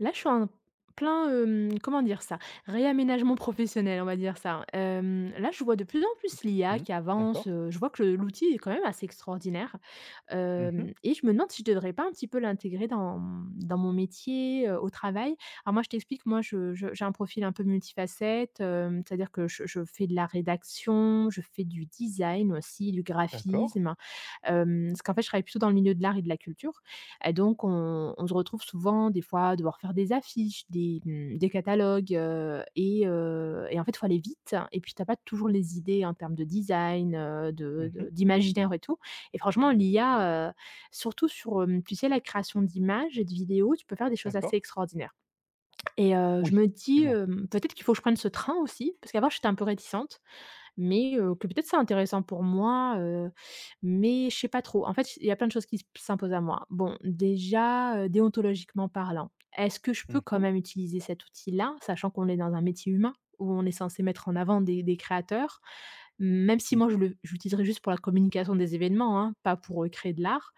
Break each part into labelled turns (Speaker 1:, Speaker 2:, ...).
Speaker 1: Là, je suis en plein, comment dire ça? Réaménagement professionnel, on va dire ça. Hein. Là, je vois de plus en plus l'IA
Speaker 2: Mmh.
Speaker 1: qui avance,
Speaker 2: D'accord.
Speaker 1: je vois que le l'outil est quand même assez extraordinaire,
Speaker 2: Mmh.
Speaker 1: hem et je me demande si je ne devrais pas un petit peu l'intégrer dans mon métier, au travail. Alors moi, je t'explique, moi, je j'ai un profil un peu multifacette, c'est-à-dire que je fais de la rédaction, je fais du design aussi, du
Speaker 2: D'accord.
Speaker 1: graphisme, parce qu'en fait, je travaille plutôt dans le milieu de l'art et de la culture et donc on se retrouve souvent des fois à devoir faire des affiches, des catalogues, et en fait, il faut aller vite, hein, et puis tu as pas toujours les idées en termes de design, de
Speaker 2: Mmh.
Speaker 1: d'imaginaire et tout et franchement l'IA, surtout sur, tu sais, la création d'images et de vidéos, tu peux faire des choses
Speaker 2: D'accord.
Speaker 1: assez extraordinaires et je
Speaker 2: Oui,
Speaker 1: me dis,
Speaker 2: effectivement.
Speaker 1: hem: «Peut-être qu'il faut que je prenne ce train aussi», parce qu'avant j'étais un peu réticente mais que peut-être c'est intéressant pour moi, mais je sais pas trop. En fait, il y a plein de choses qui s'imposent à moi. Bon, déjà, déontologiquement parlant, est-ce que je peux quand
Speaker 2: Mmh.
Speaker 1: même utiliser cet outil-là, sachant qu'on est dans un métier humain où on est censé mettre en avant des créateurs? Même si moi
Speaker 2: Mmh.
Speaker 1: je l'utiliserais juste pour la communication des événements, hein, pas pour, créer de l'art.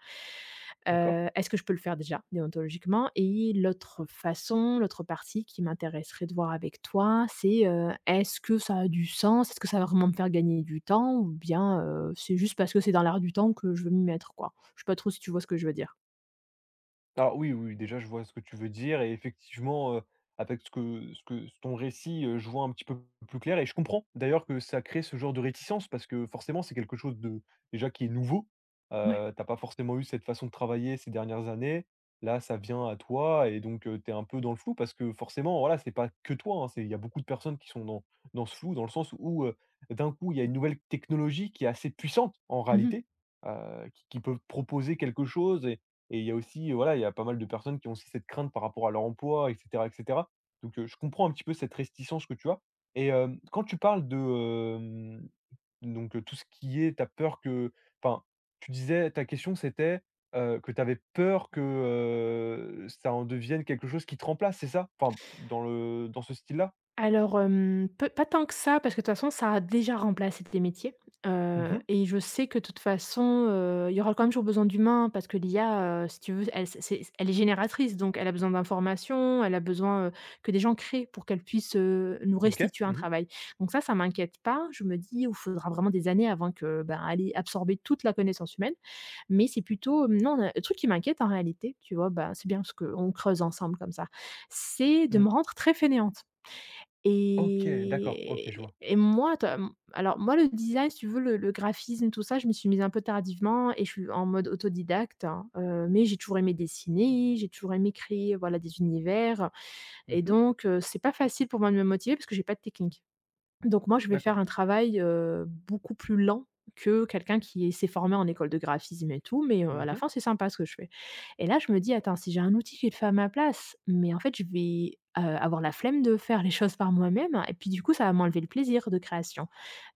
Speaker 2: D'accord.
Speaker 1: Est-ce que je peux le faire déjà déontologiquement? Et l'autre façon, l'autre partie qui m'intéresserait de voir avec toi, c'est, est-ce que ça a du sens? Est-ce que ça va vraiment me faire gagner du temps? Ou bien, c'est juste parce que c'est dans l'air du temps que je veux m'y mettre, quoi? Je sais pas trop si tu vois ce que je veux dire?
Speaker 2: Alors oui, oui, déjà je vois ce que tu veux dire et effectivement, avec ce que ton récit, je vois un petit peu plus clair et je comprends d'ailleurs que ça crée ce genre de réticence parce que forcément c'est quelque chose de déjà qui est nouveau. Tu pas forcément eu cette façon de travailler ces dernières années. Là, ça vient à toi et donc, tu es un peu dans le flou parce que forcément, voilà, c'est pas que toi, hein, c'est il y a beaucoup de personnes qui sont dans ce flou, dans le sens où, d'un coup, il y a une nouvelle technologie qui est assez puissante en
Speaker 1: Ouais.
Speaker 2: réalité, qui peut proposer quelque chose et il y a aussi, voilà, il y a pas mal de personnes qui ont aussi cette crainte par rapport à leur emploi, et cetera, et cetera. Donc, je comprends un petit peu cette réticence que tu as et quand tu parles de, donc, tout ce qui est tu as peur que enfin, tu disais ta question c'était, que tu avais peur que, ça en devienne quelque chose qui te remplace, c'est ça? Enfin, dans le dans ce style-là?
Speaker 1: Alors, peu pas tant que ça, parce que de toute façon, ça a déjà remplacé des métiers,
Speaker 2: Mmh.
Speaker 1: et je sais que de toute façon, il y aura quand même toujours besoin d'humains parce que l'IA, si tu veux, elle c'est elle est génératrice, donc elle a besoin d'informations, elle a besoin, que des gens créent pour qu'elle puisse, nous
Speaker 2: OK.
Speaker 1: restituer un
Speaker 2: Mmh mh.
Speaker 1: travail. Donc ça m'inquiète pas. Je me dis: «Ouf, faudra vraiment des années avant que, ben, elle ait absorbé toute la connaissance humaine», mais c'est plutôt, non, le truc qui m'inquiète en réalité, tu vois? Bah, c'est bien parce qu'on creuse ensemble comme ça, c'est de
Speaker 2: Mmh.
Speaker 1: me rendre très fainéante.
Speaker 2: OK, d'accord. OK, je
Speaker 1: Et
Speaker 2: vois.
Speaker 1: et moi, tu as, alors moi, le design, si tu veux, le graphisme, tout ça, je m'y suis mise un peu tardivement et je suis en mode autodidacte, hein, mais j'ai toujours aimé dessiner, j'ai toujours aimé créer, voilà, des univers et
Speaker 2: Mmh.
Speaker 1: donc c'est pas facile pour moi de me motiver parce que j'ai pas de technique. Donc moi, je vais
Speaker 2: D'accord.
Speaker 1: faire un travail, beaucoup plus lent que quelqu'un qui s'est formé en école de graphisme et tout, mais, à la
Speaker 2: Mmh.
Speaker 1: fin, c'est sympa ce que je fais. Et là, je me dis: «Attends, si j'ai un outil qui le fait à ma place, mais en fait, je vais, avoir la flemme de faire les choses par moi-même et puis du coup, ça va m'enlever le plaisir de création».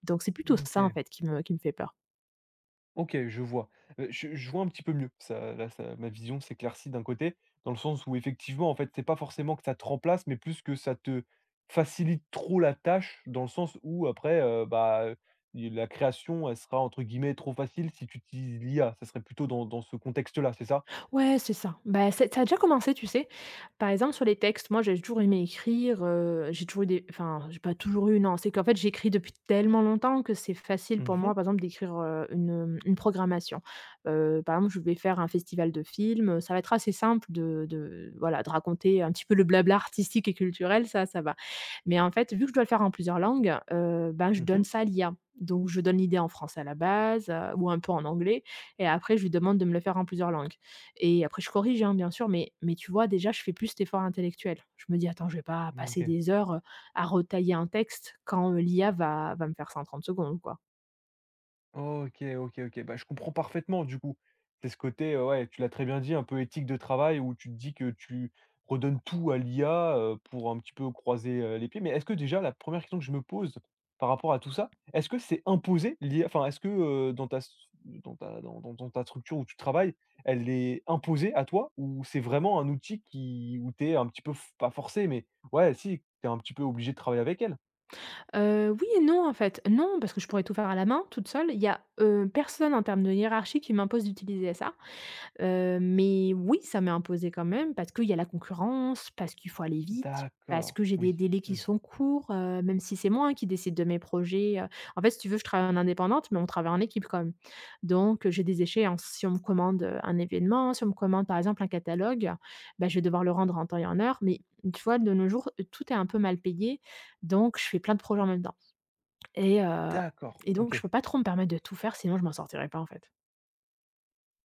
Speaker 1: Donc c'est plutôt ça, en
Speaker 2: OK.
Speaker 1: fait, qui me fait peur.
Speaker 2: OK, je vois. Je vois un petit peu mieux. Ça là, ça ma vision s'éclaircit d'un côté, dans le sens où effectivement, en fait, c'est pas forcément que ça te remplace, mais plus que ça te facilite trop la tâche, dans le sens où après, bah, la création, elle sera entre guillemets «trop facile» si tu utilises l'IA. Ça serait plutôt dans ce contexte-là, c'est ça?
Speaker 1: Ouais, c'est ça. Bah, c'est ça a déjà commencé, tu sais? Par exemple, sur les textes, moi, j'ai toujours aimé écrire, j'ai toujours eu des enfin, j'ai pas toujours eu, non, c'est qu'en fait, j'écris depuis tellement longtemps que c'est facile
Speaker 2: Mmh
Speaker 1: pour
Speaker 2: mh.
Speaker 1: moi, par exemple, d'écrire, une programmation. Par exemple, je vais faire un festival de films, ça va être assez simple de voilà, de raconter un petit peu le blabla artistique et culturel, ça va. Mais en fait, vu que je dois le faire en plusieurs langues, ben, je donne
Speaker 2: Mmh.
Speaker 1: ça à l'IA. Donc je donne l'idée en français à la base, ou un peu en anglais et après je lui demande de me le faire en plusieurs langues. Et après je corrige, hein, bien sûr, mais tu vois déjà je fais plus cet effort intellectuel. Je me dis: «Attends, je vais pas
Speaker 2: Mmh.
Speaker 1: passer
Speaker 2: OK.
Speaker 1: des heures, à retailler un texte quand, l'IA va me faire ça en 30 secondes, quoi».
Speaker 2: OK, OK, OK. Bah, je comprends parfaitement du coup. C'est ce côté, ouais, tu l'as très bien dit, un peu éthique de travail où tu te dis que tu redonnes tout à l'IA, pour un petit peu croiser, les pieds. Mais est-ce que déjà la première question que je me pose par rapport à tout ça, est-ce que c'est imposé l'IA? Enfin, est-ce que, heu, dans ta s dans ta dans ta structure où tu travailles, elle est imposée à toi? Ou c'est vraiment un outil qui où tu es un petit peu f pas forcé, mais ouais, si, tu es un petit peu obligé de travailler avec elle?
Speaker 1: Oui et non en fait. Non, parce que je pourrais tout faire à la main, toute seule. Il y a, personne en termes de hiérarchie qui m'impose d'utiliser ça. Mais oui, ça m'est imposé quand même parce qu'il y a la concurrence, parce qu'il faut aller vite, parce
Speaker 2: D'accord,
Speaker 1: que j'ai des
Speaker 2: oui,
Speaker 1: délais qui
Speaker 2: mmh,
Speaker 1: sont courts, même si c'est moi, hein, qui décide de mes projets. En fait, si tu veux, je travaille en indépendante, mais on travaille en équipe quand même. Donc, j'ai des échéances. Si on me commande, un événement, si on me commande, par exemple, un catalogue, bah, je vais devoir le rendre en temps et en heure. Mais tu vois, de nos jours, tout est un peu mal payé, donc je fais plein de projets en même temps et heu
Speaker 2: d'accord,
Speaker 1: et donc je
Speaker 2: OK.
Speaker 1: peux pas trop me permettre de tout faire, sinon je m'en sortirais pas, en fait.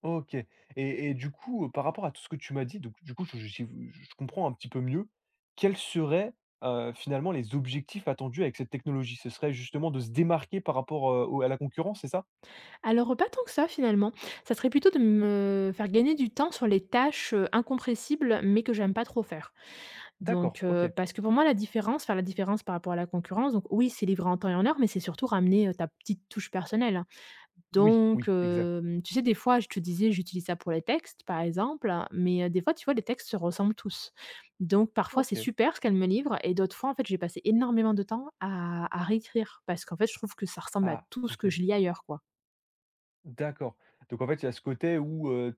Speaker 2: OK et du coup, par rapport à tout ce que tu m'as dit, donc du coup, je comprends un petit peu mieux. Quels seraient, finalement les objectifs attendus avec cette technologie? Ce serait justement de se démarquer par rapport, au à la concurrence, c'est ça?
Speaker 1: Alors, pas tant que ça finalement. Ça serait plutôt de me faire gagner du temps sur les tâches, incompressibles, mais que j'aime pas trop faire.
Speaker 2: D'accord,
Speaker 1: Donc,
Speaker 2: OK.
Speaker 1: parce que pour moi la différence faire la différence par rapport à la concurrence, donc oui, c'est livré en temps et en heure, mais c'est surtout ramener, ta petite touche personnelle. Hein.
Speaker 2: Oui,
Speaker 1: Donc,
Speaker 2: oui, exact.
Speaker 1: tu sais des fois je te disais j'utilise ça pour les textes par exemple, hein, mais, des fois tu vois les textes se ressemblent tous. Donc parfois c'est
Speaker 2: OK.
Speaker 1: super ce qu'elle me livre et d'autres fois en fait, j'ai passé énormément de temps à réécrire parce qu'en fait je trouve que ça ressemble à
Speaker 2: Ah,
Speaker 1: tout ce que
Speaker 2: OK.
Speaker 1: je lis ailleurs quoi.
Speaker 2: D'accord. Donc en fait, il y a ce côté où,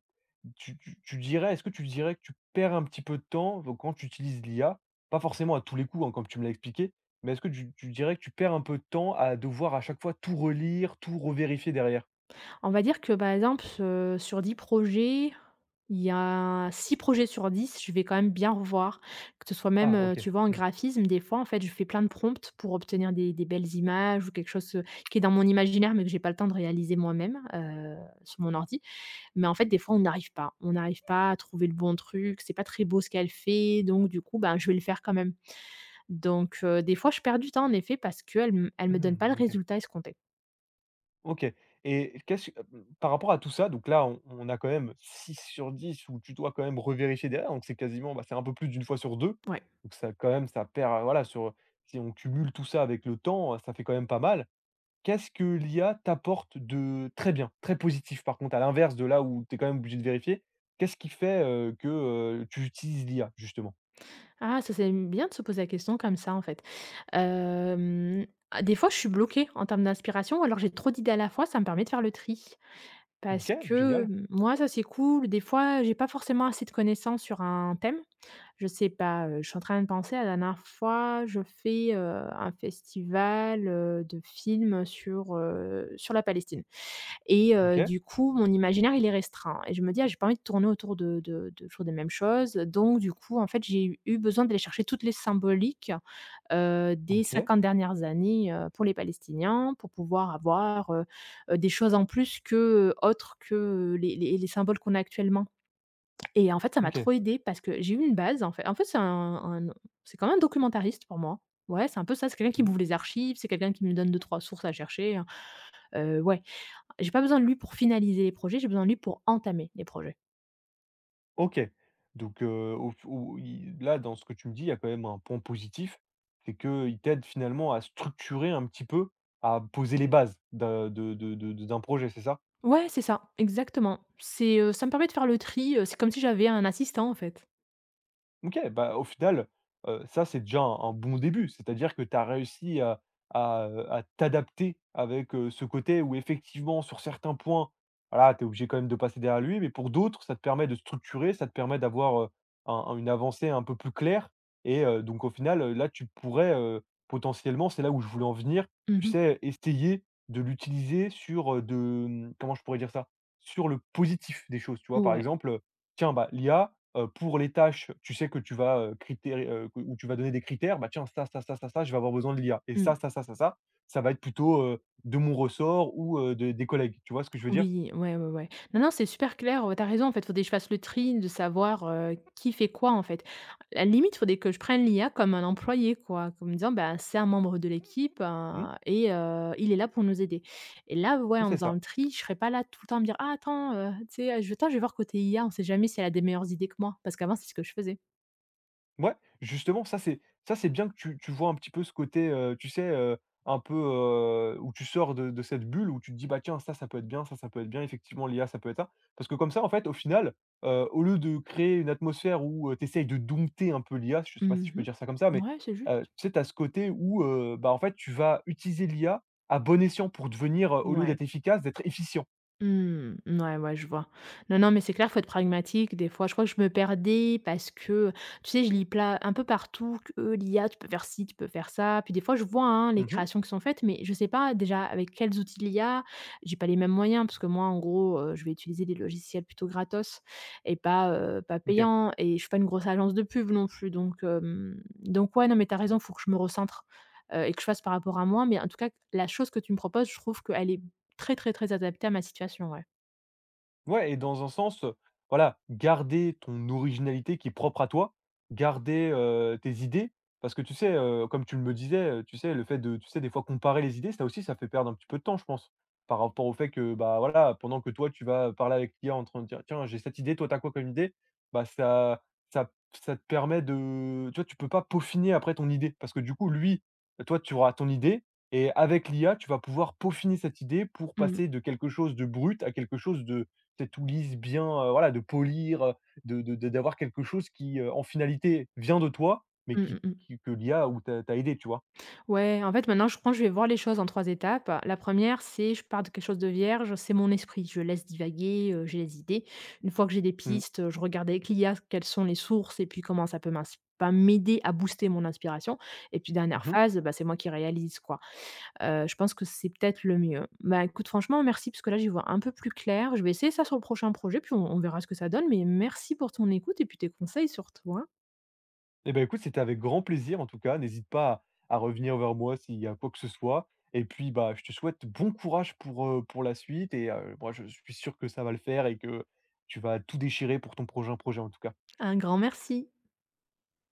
Speaker 2: tu dirais est-ce que tu dirais que tu perds un petit peu de temps, donc quand tu utilises l'IA, pas forcément à tous les coups, hein, comme tu me l'as expliqué, mais est-ce que tu dirais que tu perds un peu de temps à devoir à chaque fois tout relire, tout revérifier derrière?
Speaker 1: On va dire que, par exemple, sur 10 projets, il y a 6 projets sur 10, je vais quand même bien revoir. Que ce soit même,
Speaker 2: Ah OK.
Speaker 1: tu vois, en
Speaker 2: Mmh.
Speaker 1: graphisme, des fois, en fait, je fais plein de prompts pour obtenir des belles images ou quelque chose, qui est dans mon imaginaire, mais que j'ai pas le temps de réaliser moi-même, sur mon ordi. Mais en fait, des fois, on n'arrive pas. On n'arrive pas à trouver le bon truc, c'est pas très beau ce qu'elle fait, donc du coup, ben, je vais le faire quand même. Donc des fois, je perds du temps, en effet, parce qu'elle m elle me
Speaker 2: Mmh
Speaker 1: donne pas le
Speaker 2: mmh, OK.
Speaker 1: résultat escompté.
Speaker 2: OK et qu'est-ce que, mmh, par rapport à tout ça, donc là, on a quand même 6 sur 10 où tu dois quand même revérifier derrière, donc c'est quasiment, bah, c'est un peu plus d'une fois sur 2.
Speaker 1: Ouais.
Speaker 2: Donc ça quand même, ça perd, voilà, sur si on cumule tout ça avec le temps, ça fait quand même pas mal. Qu'est-ce que l'IA t'apporte de très bien, très positif par contre, à l'inverse de là où tu es quand même obligé de vérifier, qu'est-ce qui fait, que, tu utilises l'IA justement?
Speaker 1: Ah, ça, c'est, bien de se poser la question comme ça, en fait. Hem, ah, des fois, je suis bloquée en termes d'inspiration, alors j'ai trop d'idées à la fois, ça me permet de faire le tri. Parce
Speaker 2: OK,
Speaker 1: que,
Speaker 2: génial.
Speaker 1: moi, ça, c'est cool. Des fois, j'ai pas forcément assez de connaissances sur un thème. Je sais pas, je suis en train de penser, la dernière fois, je fais, un festival, de films sur la Palestine. Et
Speaker 2: OK,
Speaker 1: du coup, mon imaginaire, il est restreint et je me dis: «Ah, j'ai pas envie de tourner autour de toujours des mêmes choses», donc du coup, en fait, j'ai eu besoin d'aller chercher toutes les symboliques, des
Speaker 2: OK,
Speaker 1: 50 dernières années, pour les Palestiniens, pour pouvoir avoir, des choses en plus que, autres que, les symboles qu'on a actuellement et en fait, ça m'a
Speaker 2: OK.
Speaker 1: trop aidé parce que j'ai eu une base, en fait, c'est un c'est quand même un documentariste pour moi. Ouais, c'est un peu ça, c'est quelqu'un qui
Speaker 2: Mmh,
Speaker 1: m'ouvre les archives, c'est quelqu'un qui me donne deux trois sources à chercher, hein, ouais. J'ai pas besoin de lui pour finaliser les projets, j'ai besoin de lui pour entamer les projets.
Speaker 2: OK. Donc, au au i là, dans ce que tu me dis, il y a quand même un point positif, c'est qu'il t'aide finalement à structurer un petit peu, à poser les bases d'un de d'un projet, c'est ça?
Speaker 1: Ouais, c'est ça, exactement. C'est, ça me permet de faire le tri, c'est comme si j'avais un assistant, en fait.
Speaker 2: OK, bah, au final, ça, c'est déjà un bon début. C'est-à-dire que tu as réussi à t'adapter avec, ce côté où effectivement, sur certains points, voilà, tu es obligé quand même de passer derrière lui, mais pour d'autres, ça te permet de structurer, ça te permet d'avoir, un une avancée un peu plus claire et donc au final, là, tu pourrais, potentiellement, c'est là où je voulais en venir,
Speaker 1: Mmh
Speaker 2: tu
Speaker 1: mh.
Speaker 2: sais, essayer de l'utiliser sur, de, mmh, comment je pourrais dire ça? Sur le positif des choses, tu vois? Par
Speaker 1: Ouais.
Speaker 2: exemple, tiens, bah, l'IA. Pour les tâches, tu sais que tu vas, critéri que où tu vas donner des critères, bah tiens ça, ça, ça, ça, ça, je vais avoir besoin de l'IA et ça,
Speaker 1: Mmh.
Speaker 2: ça, ça, ça, ça, ça va être plutôt, de mon ressort ou de des collègues. Tu vois ce que je veux dire?
Speaker 1: Oui, ouais, ouais, ouais. Non, non, c'est super clair, tu raison, en fait, il faudrait que je fasse le tri de savoir, qui fait quoi, en fait. À la limite, faudrait que je prenne l'IA comme un employé, quoi, comme disant: «Bah, c'est un membre de l'équipe,
Speaker 2: Mmh?
Speaker 1: il est là pour nous aider» et là, ouais, en
Speaker 2: C'est
Speaker 1: faisant
Speaker 2: ça.
Speaker 1: le tri, je serais pas là tout le temps à me dire: «Ah attends, tu sais, je vais voir côté IA, on sait jamais si elle a des meilleures idées que moi», parce qu'avant, c'est ce que je faisais.
Speaker 2: Ouais, justement, ça c'est bien que tu vois un petit peu ce côté, tu sais, un peu, où tu sors de cette bulle où tu te dis: «Bah, tiens, ça peut être bien, ça peut être bien, effectivement l'IA, ça peut être ça». Parce que comme ça, en fait, au final, au lieu de créer une atmosphère où, tu essayes de dompter un peu l'IA, je sais pas si je peux
Speaker 1: Mmh.
Speaker 2: dire ça comme ça, mais,
Speaker 1: Ouais, c'est juste.
Speaker 2: tu sais, tu as ce côté où, bah, en fait, tu vas utiliser l'IA à bon escient pour devenir, au lieu
Speaker 1: Ouais.
Speaker 2: d'être efficace, d'être efficient.
Speaker 1: Mmh, ouais, ouais, je vois. Non, non, mais c'est clair, faut être pragmatique. Des fois, je crois que je me perdais parce que, tu sais, je lis pla un peu partout que l'I a tu peux faire ci, tu peux faire ça. Puis des fois, je vois, hein, les
Speaker 2: Mmh.
Speaker 1: créations qui sont faites, mais je sais pas déjà avec quels outils de a J'ai pas les mêmes moyens parce que moi, en gros, je vais utiliser des logiciels plutôt gratos et pas
Speaker 2: OK.
Speaker 1: payants et je suis pas une grosse agence de pub non plus. Donc, ouais, non, mais t'as raison, faut que je me recentre, et que je fasse par rapport à moi. Mais en tout cas, la chose que tu me proposes, je trouve qu'elle est très, très, très adapté à ma situation, ouais.
Speaker 2: Ouais et dans un sens, voilà, garder ton originalité qui est propre à toi, garder, tes idées parce que tu sais, comme tu me le disais, tu sais, le fait de tu sais, des fois comparer les idées, ça aussi, ça fait perdre un petit peu de temps, je pense. Par rapport au fait que, bah, voilà, pendant que toi, tu vas parler avec l'IA en train de dire: «Tiens, j'ai cette idée, toi, t'as quoi comme idée?» bah, ça ça ça te permet de tu vois, tu peux pas peaufiner après ton idée parce que du coup, lui, toi, tu auras ton idée et avec l'IA, tu vas pouvoir peaufiner cette idée pour
Speaker 1: Mmh.
Speaker 2: passer de quelque chose de brut à quelque chose de c'est tout lisse, bien, voilà, de polir, de d'avoir quelque chose qui, en finalité vient de toi, mais
Speaker 1: Mmh
Speaker 2: qui
Speaker 1: mh mh.
Speaker 2: qui que l'IA ou t'a aidé, tu vois?
Speaker 1: Ouais, en fait, maintenant, je pense que je vais voir les choses en 3 étapes. La première, c'est je pars de quelque chose de vierge, c'est mon esprit. Je laisse divaguer, j'ai les idées. Une fois que j'ai des
Speaker 2: Mmh.
Speaker 1: pistes, je regarde avec l'IA quelles sont les sources et puis comment ça peut m'ins bah, m'aider à booster mon inspiration et puis
Speaker 2: Mmh
Speaker 1: dernière
Speaker 2: mh.
Speaker 1: phase, bah, c'est moi qui réalise, quoi. Je pense que c'est peut-être le mieux. Bah, écoute, franchement, merci parce que là, j'y vois un peu plus clair. Je vais essayer ça sur le prochain projet puis on verra ce que ça donne mais merci pour ton écoute et puis tes conseils surtout, hein.
Speaker 2: Et bah, écoute, c'était avec grand plaisir en tout cas. N'hésite pas à à revenir vers moi s'il y a quoi que ce soit et puis, bah, je te souhaite bon courage pour la suite et moi je suis sûr que ça va le faire et que tu vas tout déchirer pour ton prochain projet en tout cas.
Speaker 1: Un grand merci.